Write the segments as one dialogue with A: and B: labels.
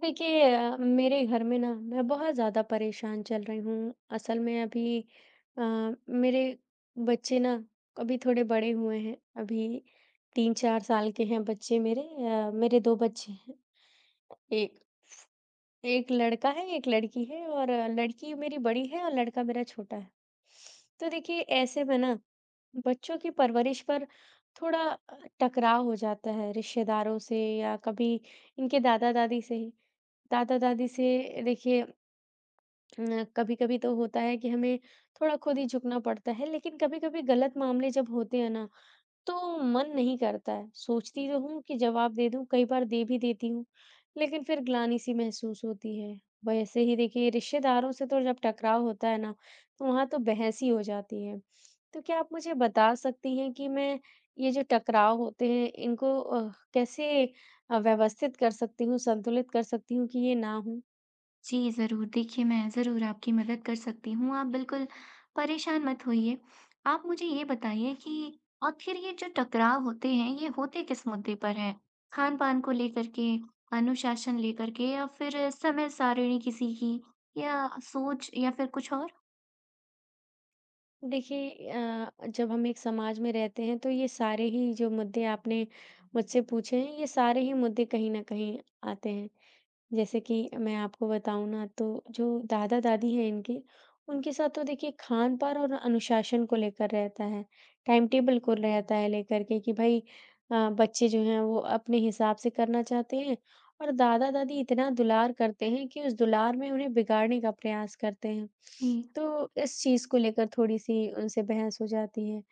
A: देखिए मेरे घर में ना मैं बहुत ज़्यादा परेशान चल रही हूँ। असल में अभी अ, मेरे बच्चे ना अभी थोड़े बड़े हुए हैं। अभी 3-4 साल के हैं बच्चे मेरे। मेरे 2 बच्चे हैं। एक एक लड़का है, एक लड़की है और लड़की मेरी बड़ी है और लड़का मेरा छोटा है। तो देखिए ऐसे में ना बच्चों की परवरिश पर थोड़ा टकराव हो जाता है रिश्तेदारों से या कभी इनके दादा-दादी से ही। दादा-दादी से देखिए कभी-कभी तो होता है कि हमें थोड़ा खुद ही झुकना पड़ता है, लेकिन कभी-कभी गलत मामले जब होते हैं ना तो मन नहीं करता है। सोचती तो हूँ कि जवाब दे दूँ, कई बार दे भी देती हूँ, लेकिन फिर ग्लानि-सी महसूस होती है। वैसे ही देखिए रिश्तेदारों से तो जब टकराव होता है ना, तो वहाँ तो बहस ही हो जाती है। तो क्या आप मुझे बता सकती हैं कि मैं ये जो टकराव होते हैं, इनको कैसे व्यवस्थित कर सकती हूँ, संतुलित कर सकती हूँ कि ये ना हो?
B: जी, ज़रूर। देखिए, मैं ज़रूर आपकी मदद कर सकती हूँ, आप बिल्कुल परेशान मत होइए। आप मुझे ये बताइए कि आखिर ये जो टकराव होते हैं, ये होते किस मुद्दे पर हैं? खान-पान को लेकर के, अनुशासन लेकर के या फिर समय सारिणी किसी की या सोच या फिर कुछ और?
A: देखिए जब हम एक समाज में रहते हैं तो ये सारे ही जो मुद्दे आपने मुझसे पूछे हैं ये सारे ही मुद्दे कहीं ना कहीं आते हैं जैसे कि मैं आपको बताऊँ ना तो जो दादा-दादी हैं इनके, उनके साथ तो देखिए खान-पान और अनुशासन को लेकर रहता है, टाइम टेबल को रहता है लेकर के कि भई बच्चे जो हैं वो अपने हिसाब से करना चाहते हैं और दादा-दादी इतना दुलार करते हैं कि उस दुलार में उन्हें बिगाड़ने का प्रयास करते हैं।
B: जी,
A: तो इस चीज़ को लेकर थोड़ी-सी उनसे बहस हो जाती है।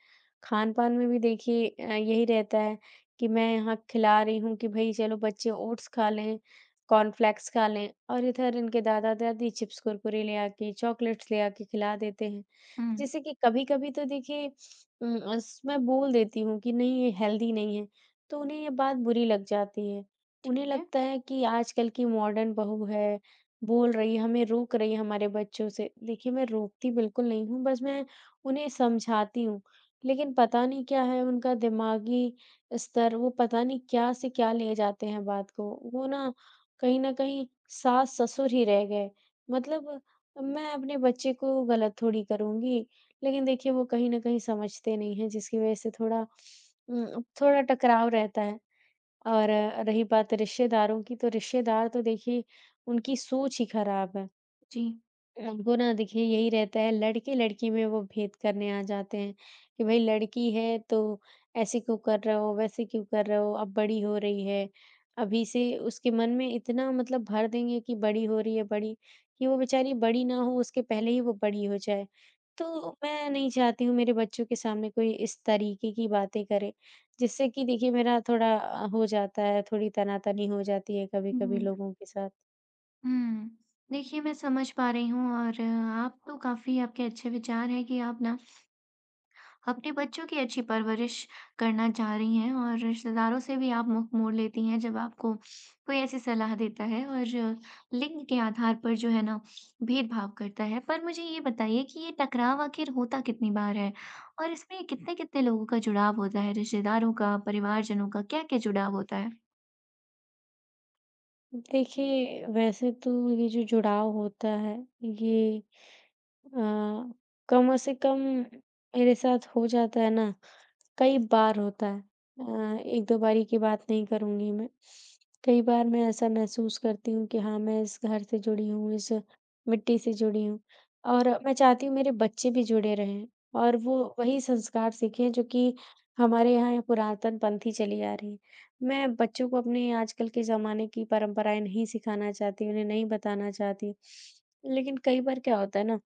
A: खान-पान में भी देखिए यही रहता है कि मैं यहाँ खिला रही हूँ कि भई चलो बच्चे ओट्स खा लें कॉर्नफ्लेक्स खा लें और इधर इनके दादा-दादी चिप्स कुरकुरे ले आके, चॉकलेट्स ले आके खिला देते हैं।
B: हुँ,
A: जैसे कि कभी-कभी तो देखिए उम, अस मैं बोल देती हूँ कि नहीं ये हेल्दी नहीं है, तो उन्हें ये बात बुरी लग जाती है।
B: ठीक
A: उन्हें
B: है।
A: लगता है कि आजकल की मॉडर्न बहू है, बोल रही है, हमें रोक रही है हमारे बच्चों से। देखिए मैं रोकती बिल्कुल नहीं हूँ, बस मैं उन्हें समझाती हूँ। लेकिन पता नहीं क्या है उनका दिमागी स्तर, वो पता नहीं क्या से क्या ले जाते हैं बात को। वो ना कहीं न कहीं सास-ससुर ही रह गए। मतलब मैं अपने बच्चे को गलत थोड़ी करूँगी। लेकिन देखिए वो कहीं न कहीं समझते नहीं हैं जिसकी वज़ह से थोड़ा थोड़ा टकराव रहता है। और रही बात रिश्तेदारों की तो रिश्तेदार तो देखिए उनकी सोच ही खराब है।
B: जी,
A: हमको ना देखिए यही रहता है लड़के-लड़की में वो भेद करने आ जाते हैं कि भाई लड़की है तो ऐसे क्यों कर रहे हो, वैसे क्यों कर रहे हो, अब बड़ी हो रही है। अभी से उसके मन में इतना मतलब भर देंगे कि बड़ी हो रही है, बड़ी कि वो बेचारी बड़ी ना हो उसके पहले ही वो बड़ी हो जाए। तो मैं नहीं चाहती हूँ मेरे बच्चों के सामने कोई इस तरीके की बातें करे, जिससे कि देखिए मेरा थोड़ा हो जाता है, थोड़ी तना-तनी हो जाती है कभी-कभी
B: हुँ,
A: लोगों के साथ।
B: हुँ। देखिए, मैं समझ पा रही हूँ और आप तो काफ़ी आपके अच्छे विचार हैं कि आप ना अपने बच्चों की अच्छी परवरिश करना चाह रही हैं और रिश्तेदारों से भी आप मुँह मोड़ लेती हैं जब आपको कोई ऐसी सलाह देता है और लिंग के आधार पर जो है ना भेदभाव करता है। पर मुझे ये बताइए कि ये टकराव आखिर होता कितनी बार है? और इसमें कितने-कितने लोगों का जुड़ाव होता है? रिश्तेदारों का, परिवारजनों का, क्या-क्या जुड़ाव होता है?
A: देखिए, वैसे तो ये जो जुड़ाव होता है ये अ, कम से कम मेरे साथ हो जाता है ना कई बार होता है अ, 1-2 बारी की बात नहीं करूँगी मैं। कई बार मैं ऐसा महसूस करती हूँ कि हाँ, मैं इस घर से जुड़ी हूँ, इस मिट्टी से जुड़ी हूँ और मैं चाहती हूँ मेरे बच्चे भी जुड़े रहें और वो वही संस्कार सीखें जो कि हमारे यहाँ पुरातन पंथी चली आ रही है। मैं बच्चों को अपने आजकल के ज़माने की परंपराएँ नहीं सिखाना चाहती, उन्हें नहीं बताना चाहती। लेकिन कई बार क्या होता है ना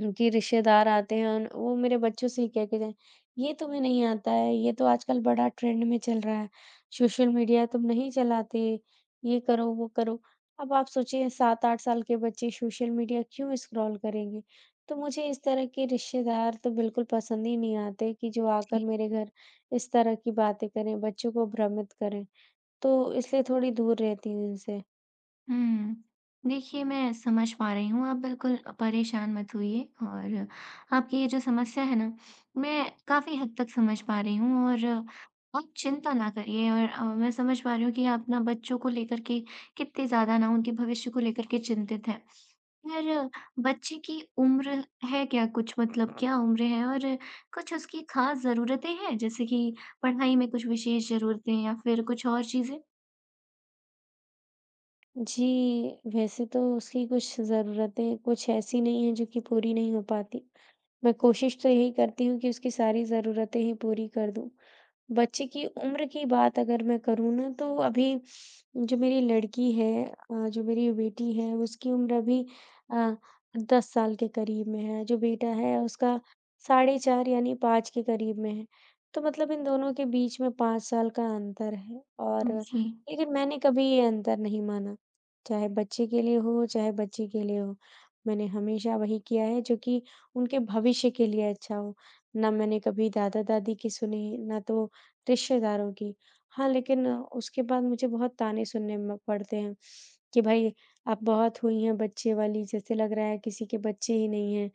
A: उनकी रिश्तेदार आते हैं उन वो मेरे बच्चों से ही कह के जाएँ, "ये तुम्हें नहीं आता है, ये तो आजकल बड़ा ट्रेंड में चल रहा है, सोशल मीडिया तुम नहीं चलाते, ये करो, वो करो।" अब आप सोचिए 7-8 साल के बच्चे सोशल मीडिया क्यों स्क्रॉल करेंगे? तो मुझे इस तरह के रिश्तेदार तो बिल्कुल पसंद ही नहीं आते कि जो आकर मेरे घर इस तरह की बातें करें, बच्चों को भ्रमित करें, तो इसलिए थोड़ी दूर रहती हूँ इनसे।
B: हुँ। देखिए, मैं समझ पा रही हूँ, आप बिल्कुल परेशान मत होइए और आपकी ये जो समस्या है ना, मैं काफ़ी हद तक समझ पा रही हूँ और आप चिंता ना करिए और मैं समझ पा रही हूँ कि आप ना बच्चों को लेकर के कितने ज़्यादा ना उनके भविष्य को लेकर के चिंतित हैं। पर बच्चे की उम्र है क्या कुछ मतलब क्या उम्र है और कुछ उसकी ख़ास ज़रूरतें हैं? जैसे कि पढ़ाई में कुछ विशेष ज़रूरतें या फिर कुछ और चीज़ें?
A: जी, वैसे तो उसकी कुछ ज़रूरतें कुछ ऐसी नहीं हैं जो कि पूरी नहीं हो पाती। मैं कोशिश तो यही करती हूँ कि उसकी सारी ज़रूरतें ही पूरी कर दूँ। बच्चे की उम्र की बात अगर मैं करूँ ना तो अभी जो मेरी लड़की है जो मेरी बेटी है उसकी उम्र अभी अ, 10 साल के करीब में है। जो बेटा है उसका साढ़े 4 यानी 5 के करीब में है। तो मतलब इन दोनों के बीच में 5 साल का अंतर है और
B: जी,
A: लेकिन मैंने कभी ये अंतर नहीं माना। चाहे बच्चे के लिए हो, चाहे बच्ची के लिए हो। मैंने हमेशा वही किया है जो कि उनके भविष्य के लिए अच्छा हो। ना मैंने कभी दादा-दादी की सुनी, ना तो रिश्तेदारों की। हाँ, लेकिन उसके बाद मुझे बहुत ताने सुनने म पड़ते हैं कि भई अब बहुत हुई हैं बच्चे वाली, जैसे लग रहा है किसी के बच्चे ही नहीं हैं,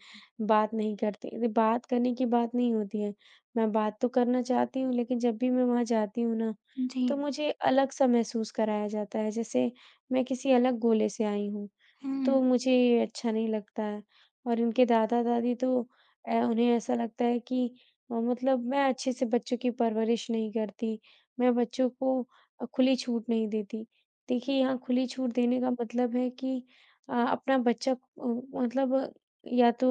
A: बात नहीं करते। अरे! बात करने की बात नहीं होती है, मैं बात तो करना चाहती हूँ लेकिन जब भी मैं वहाँ जाती हूँ ना,
B: जी।
A: तो मुझे अलग-सा महसूस कराया जाता है, जैसे मैं किसी अलग गोले से आई हूँ।
B: हुँ।
A: तो मुझे ये अच्छा नहीं लगता है। और इनके दादा-दादी तो उन्हें ऐसा लगता है कि मतलब मैं अच्छे से बच्चों की परवरिश नहीं करती, मैं बच्चों को खुली छूट नहीं देती। देखिए, यहाँ खुली छूट देने का मतलब है कि अपना बच्चा मतलब या तो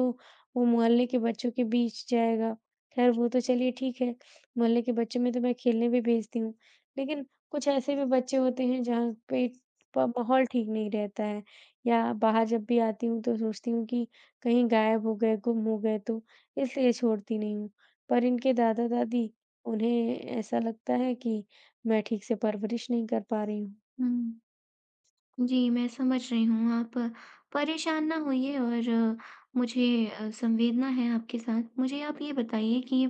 A: वो मोहल्ले के बच्चों के बीच जाएगा, खैर वो तो चलिए ठीक है, मोहल्ले के बच्चों में तो मैं खेलने भी भेजती हूँ। लेकिन कुछ ऐसे भी बच्चे होते हैं जहाँ पे प माहौल ठीक नहीं रहता है। या बाहर जब भी आती हूँ तो सोचती हूँ कि कहीं गायब हो गए, गुम हो गए तो इसलिए छोड़ती नहीं हूँ। पर इनके दादा-दादी उन्हें ऐसा लगता है कि मैं ठीक से परवरिश नहीं कर पा रही हूँ।
B: हुँ। जी, मैं समझ रही हूँ, आप परेशान ना होइए और मुझे संवेदना है आपके साथ। मुझे आप ये बताइए कि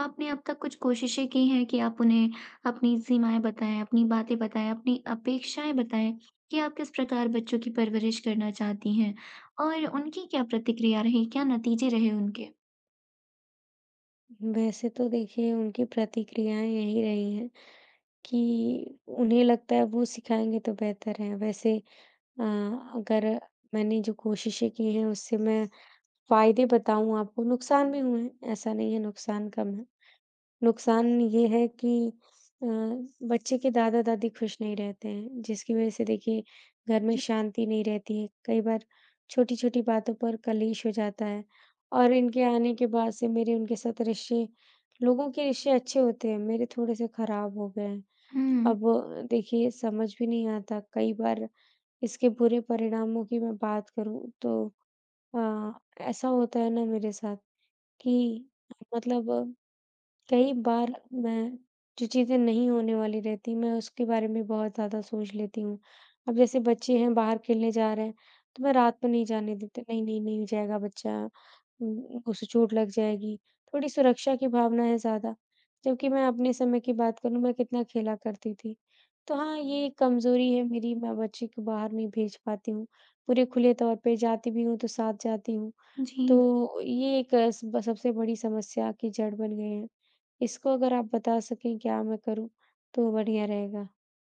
B: आपने अब तक कुछ कोशिशें की हैं कि आप उन्हें अपनी सीमाएँ बताएँ, अपनी बातें बताएँ, अपनी अपेक्षाएँ बताएँ कि आप किस प्रकार बच्चों की परवरिश करना चाहती हैं और उनकी क्या प्रतिक्रिया रही, क्या नतीजे रहे उनके?
A: वैसे तो देखिए उनकी प्रतिक्रियाएँ यही रही हैं कि उन्हें लगता है वो सिखाएँगे तो बेहतर है। वैसे अ, अगर मैंने जो कोशिशें की हैं उससे मैं फ़ायदे बताऊँ आपको, नुकसान भी हुए हैं, ऐसा नहीं है नुकसान कम है। नुकसान ये है कि अ, बच्चे के दादा-दादी खुश नहीं रहते हैं, जिसकी वजह से देखिए घर में
B: जी।
A: शांति नहीं रहती है। कई बार छोटी-छोटी बातों पर कलेश हो जाता है और इनके आने के बाद से मेरे उनके साथ रिश्ते लोगों के रिश्ते अच्छे होते हैं, मेरे थोड़े से खराब हो गए हैं।
B: हुँ,
A: अब देखिए समझ भी नहीं आता, कई बार इसके बुरे परिणामों की मैं बात करूँ तो अ, ऐसा होता है ना मेरे साथ कि मतलब कई बार मैं जो चीज़ें नहीं होने वाली रहती, मैं उसके बारे में बहुत ज़्यादा सोच लेती हूँ। अब जैसे बच्चे हैं बाहर खेलने जा रहे हैं, तो मैं रात को नहीं जाने देती, नहीं, नहीं, नहीं जाएगा बच्चा उसे चोट लग जाएगी। थोड़ी सुरक्षा की भावना है ज़्यादा, जबकि मैं अपने समय की बात करूँ, मैं कितना खेला करती थी। तो हाँ, ये एक कमज़ोरी है मेरी, मैं बच्चे को बाहर नहीं भेज पाती हूँ। पूरे खुले तौर पे जाती भी हूँ, तो साथ जाती हूँ।
B: जी।
A: तो ये एक स सबसे बड़ी समस्या की जड़ बन गए हैं। इसको अगर आप बता सकें क्या मैं करूँ, तो बढ़िया रहेगा।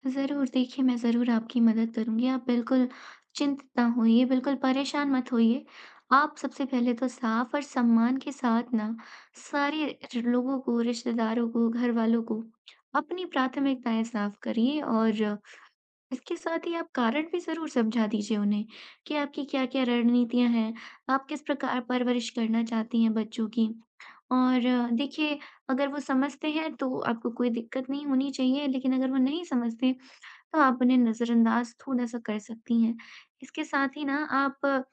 B: ज़रूर, देखिए मैं ज़रूर आपकी मदद करूँगी। आप बिल्कुल चिंतित ना होइए, बिल्कुल परेशान मत होइए। आप सबसे पहले तो साफ़ और सम्मान के साथ ना सारे र लोगों को, रिश्तेदारों को, घरवालों को अपनी प्राथमिकताएँ साफ़ करिए और इसके साथ ही आप कारण भी ज़रूर समझा दीजिए उन्हें कि आपकी क्या-क्या रणनीतियाँ हैं, आप किस प्रकार परवरिश करना चाहती हैं बच्चों की। और देखिए, अगर वो समझते हैं तो आपको कोई दिक्कत नहीं होनी चाहिए, लेकिन अगर वो नहीं समझते तो आप उन्हें नज़रअंदाज़ थोड़ा-सा कर सकती हैं। इसके साथ ही ना आप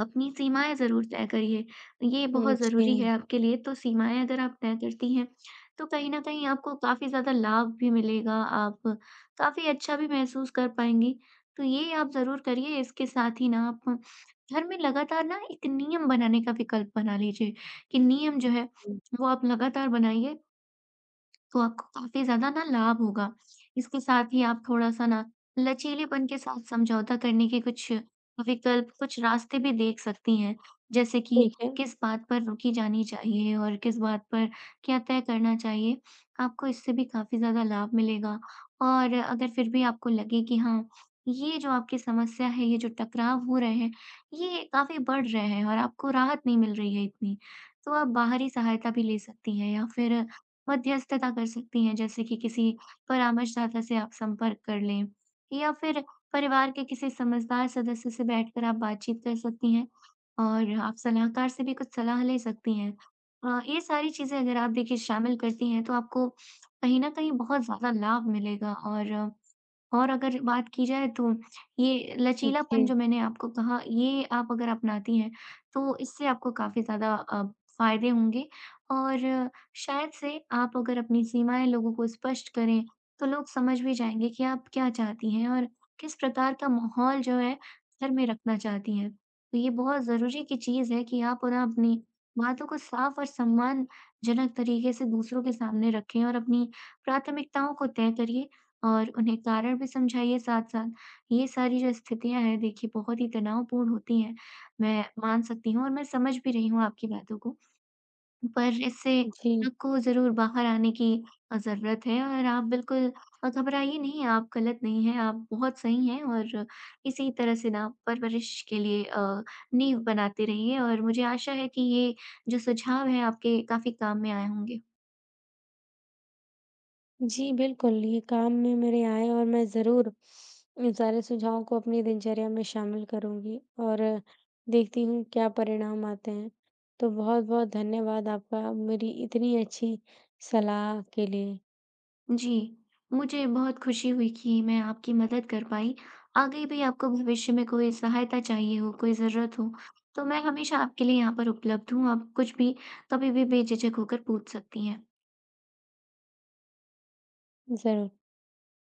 B: अपनी सीमाएँ ज़रूर तय करिए, ये
A: हुँ,
B: बहुत
A: जी
B: ज़रूरी
A: हाँ।
B: है आपके लिए। तो सीमाएँ अगर आप तय करती हैं, तो कहीं न कहीं आपको काफ़ी ज़्यादा लाभ भी मिलेगा, आप काफ़ी अच्छा भी महसूस कर पाएँगी। तो ये आप ज़रूर करिए, इसके साथ ही ना आप घर में लगातार ना एक नियम बनाने का विकल्प बना लीजिए कि नियम जो है,
A: हुँ,
B: वो आप लगातार बनाइए। तो आपको काफ़ी ज़्यादा ना लाभ होगा। इसके साथ ही आप थोड़ा-सा ना लचीलेपन के साथ समझौता करने के कुछ विकल्प, कुछ रास्ते भी देख सकती हैं। जैसे कि
A: ठीक है।
B: किस बात पर रुकी जानी चाहिए और किस बात पर क्या तय करना चाहिए, आपको इससे भी काफ़ी ज़्यादा लाभ मिलेगा। और अगर फिर भी आपको लगे कि हाँ, ये जो आपकी समस्या है, ये जो टकराव हो रहे हैं, ये काफ़ी बढ़ रहे हैं और आपको राहत नहीं मिल रही है इतनी, तो आप बाहरी सहायता भी ले सकती हैं या फिर मध्यस्थता कर सकती हैं, जैसे कि किसी परामर्शदाता से आप संपर्क कर लें या फिर परिवार के किसी समझदार सदस्य से बैठकर आप बातचीत कर सकती हैं और आप सलाहकार से भी कुछ सलाह ले सकती हैं। ये सारी चीज़ें अगर आप देखिए शामिल करती हैं, तो आपको कहीं न कहीं बहुत ज़्यादा लाभ मिलेगा और और अगर बात की जाए तो ये लचीलापन
A: जी,
B: जो मैंने आपको कहा, ये आप अगर अपनाती हैं, तो इससे आपको काफ़ी ज़्यादा फ़ायदे होंगे और शायद से आप अगर अपनी सीमाएँ लोगों को स्पष्ट करें, तो लोग समझ भी जाएँगे कि आप क्या चाहती हैं और किस प्रकार का माहौल जो है घर में रखना चाहती हैं। तो ये बहुत ज़रूरी की चीज़ है कि आप ना अपनी बातों को साफ और सम्मानजनक तरीके से दूसरों के सामने रखें और अपनी प्राथमिकताओं को तय करिए और उन्हें कारण भी समझाइए साथ-साथ। ये सारी जो स्थितियाँ हैं देखिए बहुत ही तनावपूर्ण होती हैं, मैं मान सकती हूँ और मैं समझ भी रही हूँ आपकी बातों को। पर इससे
A: जी,
B: आपको ज़रूर बाहर आने की ज़रूरत है और आप बिल्कुल घबराइए नहीं, आप गलत नहीं हैं, आप बहुत सही हैं और इसी तरह से ना परवरिश के लिए नींव बनाते रहिए और मुझे आशा है कि ये जो सुझाव हैं आपके काफ़ी काम में आए होंगे।
A: जी, बिल्कुल, ये काम में मेरे आएँ और मैं ज़रूर इन सारे सुझावों को अपनी दिनचर्या में शामिल करूँगी और देखती हूँ क्या परिणाम आते हैं। तो बहुत-बहुत धन्यवाद आपका मेरी इतनी अच्छी सलाह के लिए।
B: जी, मुझे बहुत खुशी हुई कि मैं आपकी मदद कर पाई। आगे भी आपको भविष्य में कोई सहायता चाहिए हो, कोई ज़रूरत हो, तो मैं हमेशा आपके लिए यहाँ पर उपलब्ध हूँ, आप कुछ भी, कभी भी बेझिझक होकर पूछ सकती हैं।
A: ज़रूर।